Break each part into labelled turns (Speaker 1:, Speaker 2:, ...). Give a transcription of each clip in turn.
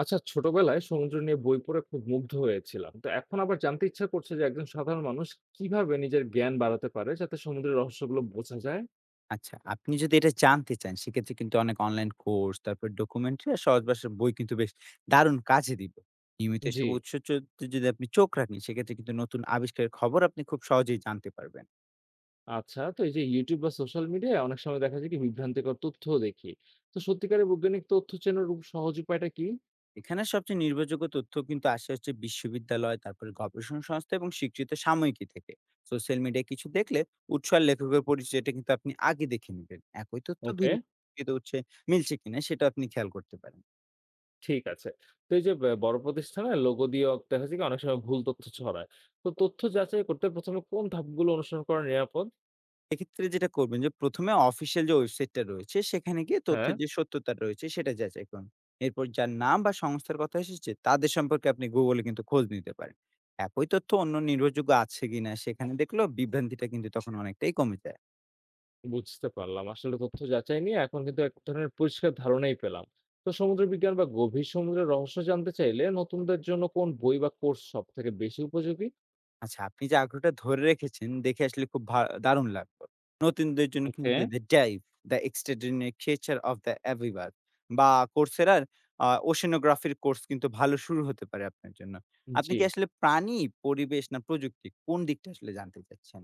Speaker 1: আচ্ছা, ছোটবেলায় সমুদ্র নিয়ে বই পড়ে খুব মুগ্ধ হয়েছিলাম, তো এখন আবার জানতে ইচ্ছা করছে যে একজন সাধারণ মানুষ কিভাবে নিজের জ্ঞান বাড়াতে পারে যাতে সমুদ্রের রহস্যগুলো বোঝা যায়।
Speaker 2: আচ্ছা, আপনি যদি এটা জানতে চান সেক্ষেত্রে কিন্তু অনেক অনলাইন কোর্স, তারপর ডকুমেন্টারি আর সহজ ভাষার বই কিন্তু বেশ দারুণ কাজে দিবে। নিয়মিত
Speaker 1: জি।
Speaker 2: এসব উৎস চ যদি আপনি চোখ রাখেন সেক্ষেত্রে কিন্তু নতুন আবিষ্কারের খবর আপনি খুব সহজেই জানতে পারবেন।
Speaker 1: আচ্ছা, তো এই যে ইউটিউব বা সোশ্যাল মিডিয়ায় অনেক সময় দেখা যায় কি, বিভ্রান্তিকর তথ্য দেখি, তো সত্যিকারের বৈজ্ঞানিক তথ্য চেনার সহজ উপায়টা কি?
Speaker 2: এখানে সবচেয়ে নির্ভরযোগ্য তথ্য কিন্তু আসে হচ্ছে বিশ্ববিদ্যালয়, তারপরে গবেষণা সংস্থা এবং স্বীকৃত সাময়িকী থেকে। সোশ্যাল মিডিয়ায় কিছু দেখলে উৎস আর লেখকের পরিচয়টা কিন্তু আপনি আগে দেখে নিবেন। একই তথ্য
Speaker 1: ওকে।
Speaker 2: ভিন্ন স্বীকৃত উৎসে মিলছে কিনা সেটা আপনি খেয়াল করতে পারেন।
Speaker 1: ঠিক আছে। তো এই যে বড় প্রতিষ্ঠানে লোগো দিয়ে দেখা যায় কি অনেক সময় ভুল তথ্য ছড়ায়, তো তথ্য যাচাই করতে প্রথমে কোন ধাপগুলো অনুসরণ করা নিরাপদ?
Speaker 2: এক্ষেত্রে যেটা করবেন যে, ১ম এ অফিসিয়াল যে ওয়েবসাইটটা রয়েছে, সেখানে গিয়ে
Speaker 1: হ্যাঁ।
Speaker 2: তথ্যের যে সত্যতা রয়েছে, সেটা যাচাই করুন। এরপর যার নাম বা সংস্থার কথা এসেছে, তাদের সম্পর্কে আপনি Google এ কিন্তু খোঁজ নিতে পারেন। একই তথ্য অন্য নির্ভরযোগ্য আছে কিনা, সেখানে দেখলেও বিভ্রান্তিটা কিন্তু তখন অনেকটাই কমে যায়।
Speaker 1: বুঝতে পারলাম। আসলে তথ্য যাচাই নিয়ে এখন কিন্তু এক ধরনের পরিষ্কার ধারণাই পেলাম। তো সমুদ্র বিজ্ঞান বা গভীর সমুদ্রের রহস্য জানতে চাইলে নতুনদের জন্য কোন বই বা কোর্স সবথেকে বেশি উপযোগী?
Speaker 2: আচ্ছা, আপনি যে আগ্রহটা ধরে রেখেছেন দেখে আসলে খুব দারুণ লাগলো। নতুনদের জন্য কিন্তু
Speaker 1: okay.
Speaker 2: The Dive: The Extraordinary Creature of the Aviver বা Coursera র Oceanography র কোর্স কিন্তু ভালো শুরু হতে পারে আপনার জন্য। আপনি
Speaker 1: জি।
Speaker 2: কি আসলে প্রাণী, পরিবেশ না প্রযুক্তি কোন দিকটা আসলে জানতে চাচ্ছেন?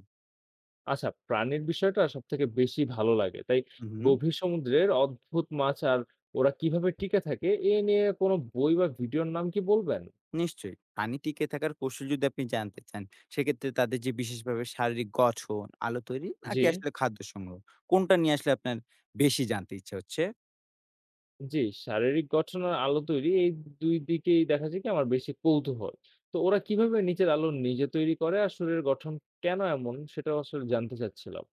Speaker 1: আচ্ছা, প্রাণীর বিষয়টা সবথেকে বেশি ভালো লাগে। তাই
Speaker 2: হুম, হুম,
Speaker 1: গভীর সমুদ্রের অদ্ভুত মাছ আর ওরা কিভাবে টিকে থাকে এ নিয়ে কোনো বই বা ভিডিওর নাম কি বলবেন?
Speaker 2: নিশ্চয়ই। প্রাণী টিকে থাকার কৌশল যদি আপনি জানতে চান, সেক্ষেত্রে তাদের যে বিশেষভাবে শারীরিক গঠন, আলো তৈরি
Speaker 1: জি।
Speaker 2: নাকি আসলে খাদ্য সংগ্রহ, কোনটা নিয়ে আসলে আপনার বেশি জানতে ইচ্ছা হচ্ছে?
Speaker 1: জি, শারীরিক গঠন আর আলো তৈরি এই ২ দিকেই দেখা যায় কি আমার বেশি কৌতূহল। তো ওরা কিভাবে নিচের আলো নিজে তৈরি করে আর শরীরের গঠন কেন এমন সেটাও আসলে জানতে চাচ্ছিলাম।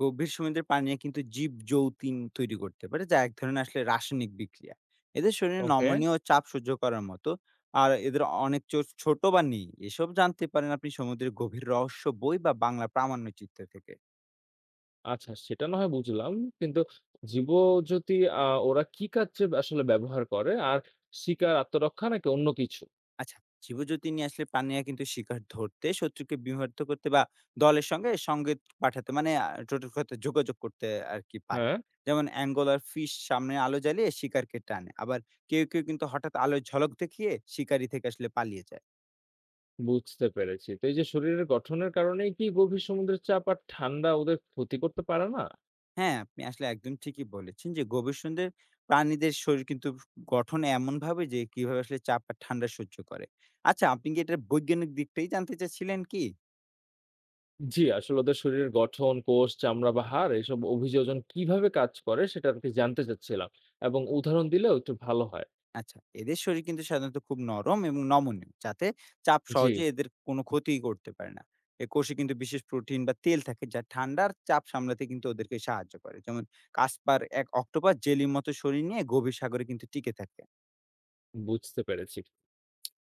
Speaker 2: গভীর সমুদ্রের পানি কিন্তু জীব যৌতিন তৈরি করতে পারে যা এক ধরনের আসলে রাসায়নিক বিক্রিয়া এদের শরীরে
Speaker 1: ওকে।
Speaker 2: নমনীয় চাপ সহ্য করার মতো আর এদের অনেক ছোট বা নেই এসব জানতে পারেন আপনি সমুদ্রের গভীর রহস্য বই বা বাংলা প্রামাণ্য চিত্র থেকে।
Speaker 1: আচ্ছা, সেটা না হয় বুঝলাম। কিন্তু জীবজ্যোতি আ ওরা কি কাজে আসলে ব্যবহার করে? আর শিকার, আত্মরক্ষা নাকি অন্য কিছু?
Speaker 2: আচ্ছা, জীবজন্তু নিয়ে আসলে প্রাণীরা কিন্তু শিকার ধরতে শত্রুকে বিভক্ত করতে বা দলের সঙ্গে সংকেত পাঠাতে মানে টোটোর কথা যোগাযোগ করতে আর কি পারে।
Speaker 1: হ্যাঁ,
Speaker 2: যেমন অ্যাঙ্গোলার ফিশ সামনে আলো জ্বালিয়ে শিকারকে টানে, আবার কেউ কেউ কিন্তু হঠাৎ আলোর ঝলক দেখিয়ে শিকারি থেকে আসলে পালিয়ে যায়।
Speaker 1: বুঝতে পেরেছি। তো এই যে শরীরের গঠনের কারণেই কি গভীর সমুদ্রের চাপ আর ঠান্ডা ওদের ক্ষতি করতে পারে না?
Speaker 2: হ্যাঁ, আপনি আসলে একদম ঠিকই বলেছেন যে গবেষণদের প্রাণীদের শরীর কিন্তু গঠন এমন ভাবে যে কিভাবে আসলে চাপ আর ঠান্ডা সহ্য করে। আচ্ছা, আপনি কি এটার বৈজ্ঞানিক দিকটাই জানতে চাচ্ছিলেন কি?
Speaker 1: জি, আসলে ওদের শরীরের গঠন, কোষ, চামড়া বা হাড় এসব অভিযোজন কিভাবে কাজ করে সেটা আরকি জানতে চাচ্ছিলাম, এবং উদাহরণ দিলেও একটু ভালো হয়।
Speaker 2: আচ্ছা, এদের শরীর কিন্তু সাধারণত খুব নরম এবং নমনীয়, যাতে চাপ
Speaker 1: জি।
Speaker 2: সহজে এদের কোনো ক্ষতিই করতে পারে না। এ কোষে কিন্তু বিশেষ প্রোটিন বা তেল থাকে যা ঠান্ডার চাপ সামলাতে কিন্তু ওদেরকে সাহায্য করে। যেমন কাসপার এক অক্টোপাস জেলির মতো শরীর নিয়ে গভীর সাগরে কিন্তু টিকে থাকে।
Speaker 1: বুঝতে পেরেছি।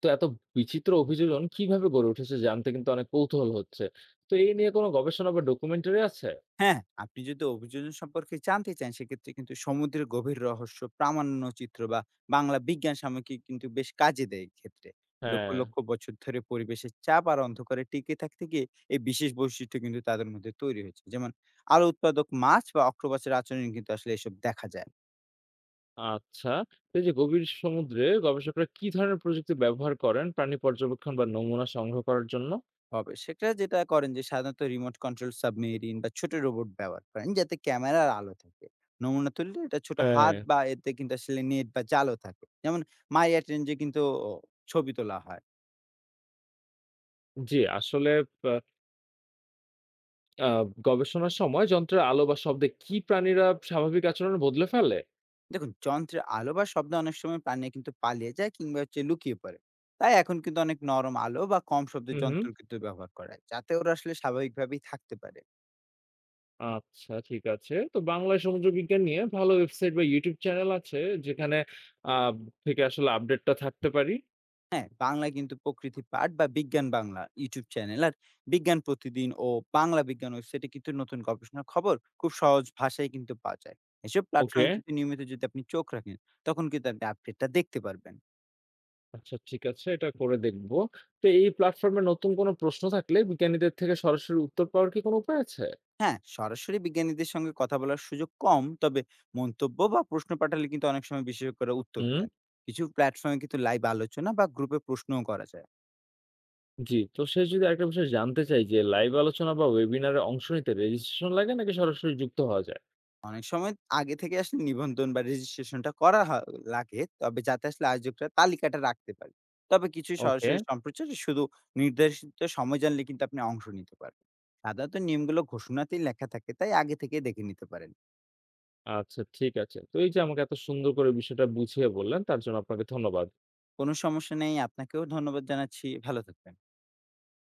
Speaker 1: তো এত বিচিত্র অভিযোজন কিভাবে গড়ে উঠেছে জানতে কিন্তু অনেক কৌতূহল হচ্ছে। তো এই নিয়ে কোনো গবেষণা বা ডকুমেন্টারি আছে?
Speaker 2: হ্যাঁ, আপনি যদি অভিযোজন সম্পর্কে জানতে চান সেক্ষেত্রে কিন্তু সমুদ্রের গভীর রহস্য, প্রামাণ্যচিত্র বা বাংলা বিজ্ঞান সাময়িকী কিন্তু বেশ কাজে দেয় এক্ষেত্রে। লক্ষ,
Speaker 1: হ্যাঁ।
Speaker 2: লক্ষ বছর ধরে পরিবেশের চাপ আর অন্ধকারে টিকে থাকতে গিয়ে এই বিশেষ বৈশিষ্ট্য কিন্তু তাদের মধ্যে তৈরি হয়েছে। যেমন আলো উৎপাদক মাছ বা অক্টোপাসের আচরণ কিন্তু আসলে এসব দেখা যায়।
Speaker 1: আচ্ছা। তো এই যে গভীর সমুদ্রে গবেষকরা কি ধরনের প্রযুক্তি ব্যবহার করেন প্রাণী পর্যবেক্ষণ বা নমুনা সংগ্রহ করার জন্য?
Speaker 2: হবে। সেটা যেটা করেন যে সাধারণত রিমোট কন্ট্রোল সাবমেরিন বা ছোট রোবট ব্যবহার করেন যাতে ক্যামেরার আলো থাকে। নমুনা তুললে এটা ছোট
Speaker 1: হ্যাঁ।
Speaker 2: হাত বা এতে কিন্তু আসলে নেট বা জালও থাকে। যেমন মাইয়া টেনজে কিন্তু ও ছবি তোলা হয়।
Speaker 1: জি, আসলে আ আ গবেষণার সময় যন্ত্রের আলো বা শব্দে কি প্রাণীরা স্বাভাবিক আচরণ বদলে ফেলে?
Speaker 2: দেখুন, যন্ত্রের আলো বা শব্দ অনেক সময় প্রাণী কিন্তু পালিয়ে যায় কিংবা হচ্ছে লুকিয়ে পড়ে। তাই এখন কিন্তু অনেক নরম আলো বা কম শব্দের
Speaker 1: হুম, হুম।
Speaker 2: যন্ত্র কিন্তু ব্যবহার করা হয়, যাতে ওরা আসলে স্বাভাবিকভাবেই থাকতে পারে।
Speaker 1: আচ্ছা, ঠিক আছে। তো বাংলায় সমুদ্র বিজ্ঞান নিয়ে ভালো ওয়েবসাইট বা YouTube চ্যানেল আছে যেখানে আ থেকে আসলে আপডেটটা থাকতে পারি?
Speaker 2: হ্যাঁ, বাংলায় কিন্তু প্রকৃতি পাঠ বা বিজ্ঞান বাংলা ইউটিউব চ্যানেল আর বিজ্ঞান প্রতিদিন ও বাংলা বিজ্ঞান ওয়েবসাইটে কিন্তু নতুন গবেষণার খবর খুব সহজ ভাষায় কিন্তু পাওয়া যায়। এসব
Speaker 1: ওকে।
Speaker 2: প্ল্যাটফর্মে কিন্তু নিয়মিত যদি আপনি চোখ রাখেন, তখন কিন্তু আপনি আপডেটটা দেখতে পারবেন।
Speaker 1: আচ্ছা ঠিক আছে, এটা করে দেখব। তো এই প্ল্যাটফর্মে নতুন কোনো প্রশ্ন থাকলে বিজ্ঞানীদের থেকে সরাসরি উত্তর পাওয়ার কি কোনো উপায় আছে?
Speaker 2: হ্যাঁ, সরাসরি বিজ্ঞানীদের সঙ্গে কথা বলার সুযোগ কম, তবে মন্তব্য বা প্রশ্ন পাঠালে কিন্তু অনেক সময় বিশেষজ্ঞরা উত্তর
Speaker 1: হুম।
Speaker 2: দেন। কিছু প্ল্যাটফর্মে কিন্তু লাইভ আলোচনা বা গ্রুপে প্রশ্নও করা যায়।
Speaker 1: জি, তো সে যদি আরেকটা বিষয় জানতে চাই যে লাইভ আলোচনা বা ওয়েবিনারে অংশ নিতে রেজিস্ট্রেশন লাগে নাকি সরাসরি যুক্ত হওয়া যায়?
Speaker 2: অনেক সময় আগে থেকে আসলে নিবন্ধন বা রেজিস্ট্রেশনটা করা হয় লাগে, তবে যাতে আসলে আয়োজকরা তালিকাটা রাখতে পারে। তবে কিছু
Speaker 1: ওকে।
Speaker 2: সরাসরি সম্প্রচারে শুধু নির্দেশিত সময় জানলে কিন্তু আপনি অংশ নিতে পারবেন। সাধারণত নিয়মগুলো ঘোষণাতেই লেখা থাকে, তাই আগে থেকে দেখে নিতে পারেন।
Speaker 1: আচ্ছা ঠিক আছে। তো এই যে আমাকে এত সুন্দর করে বিষয়টা বুঝিয়ে বললেন তার জন্য আপনাকে ধন্যবাদ।
Speaker 2: কোনো সমস্যা নেই। আপনাকেও ধন্যবাদ জানাচ্ছি। ভালো থাকবেন।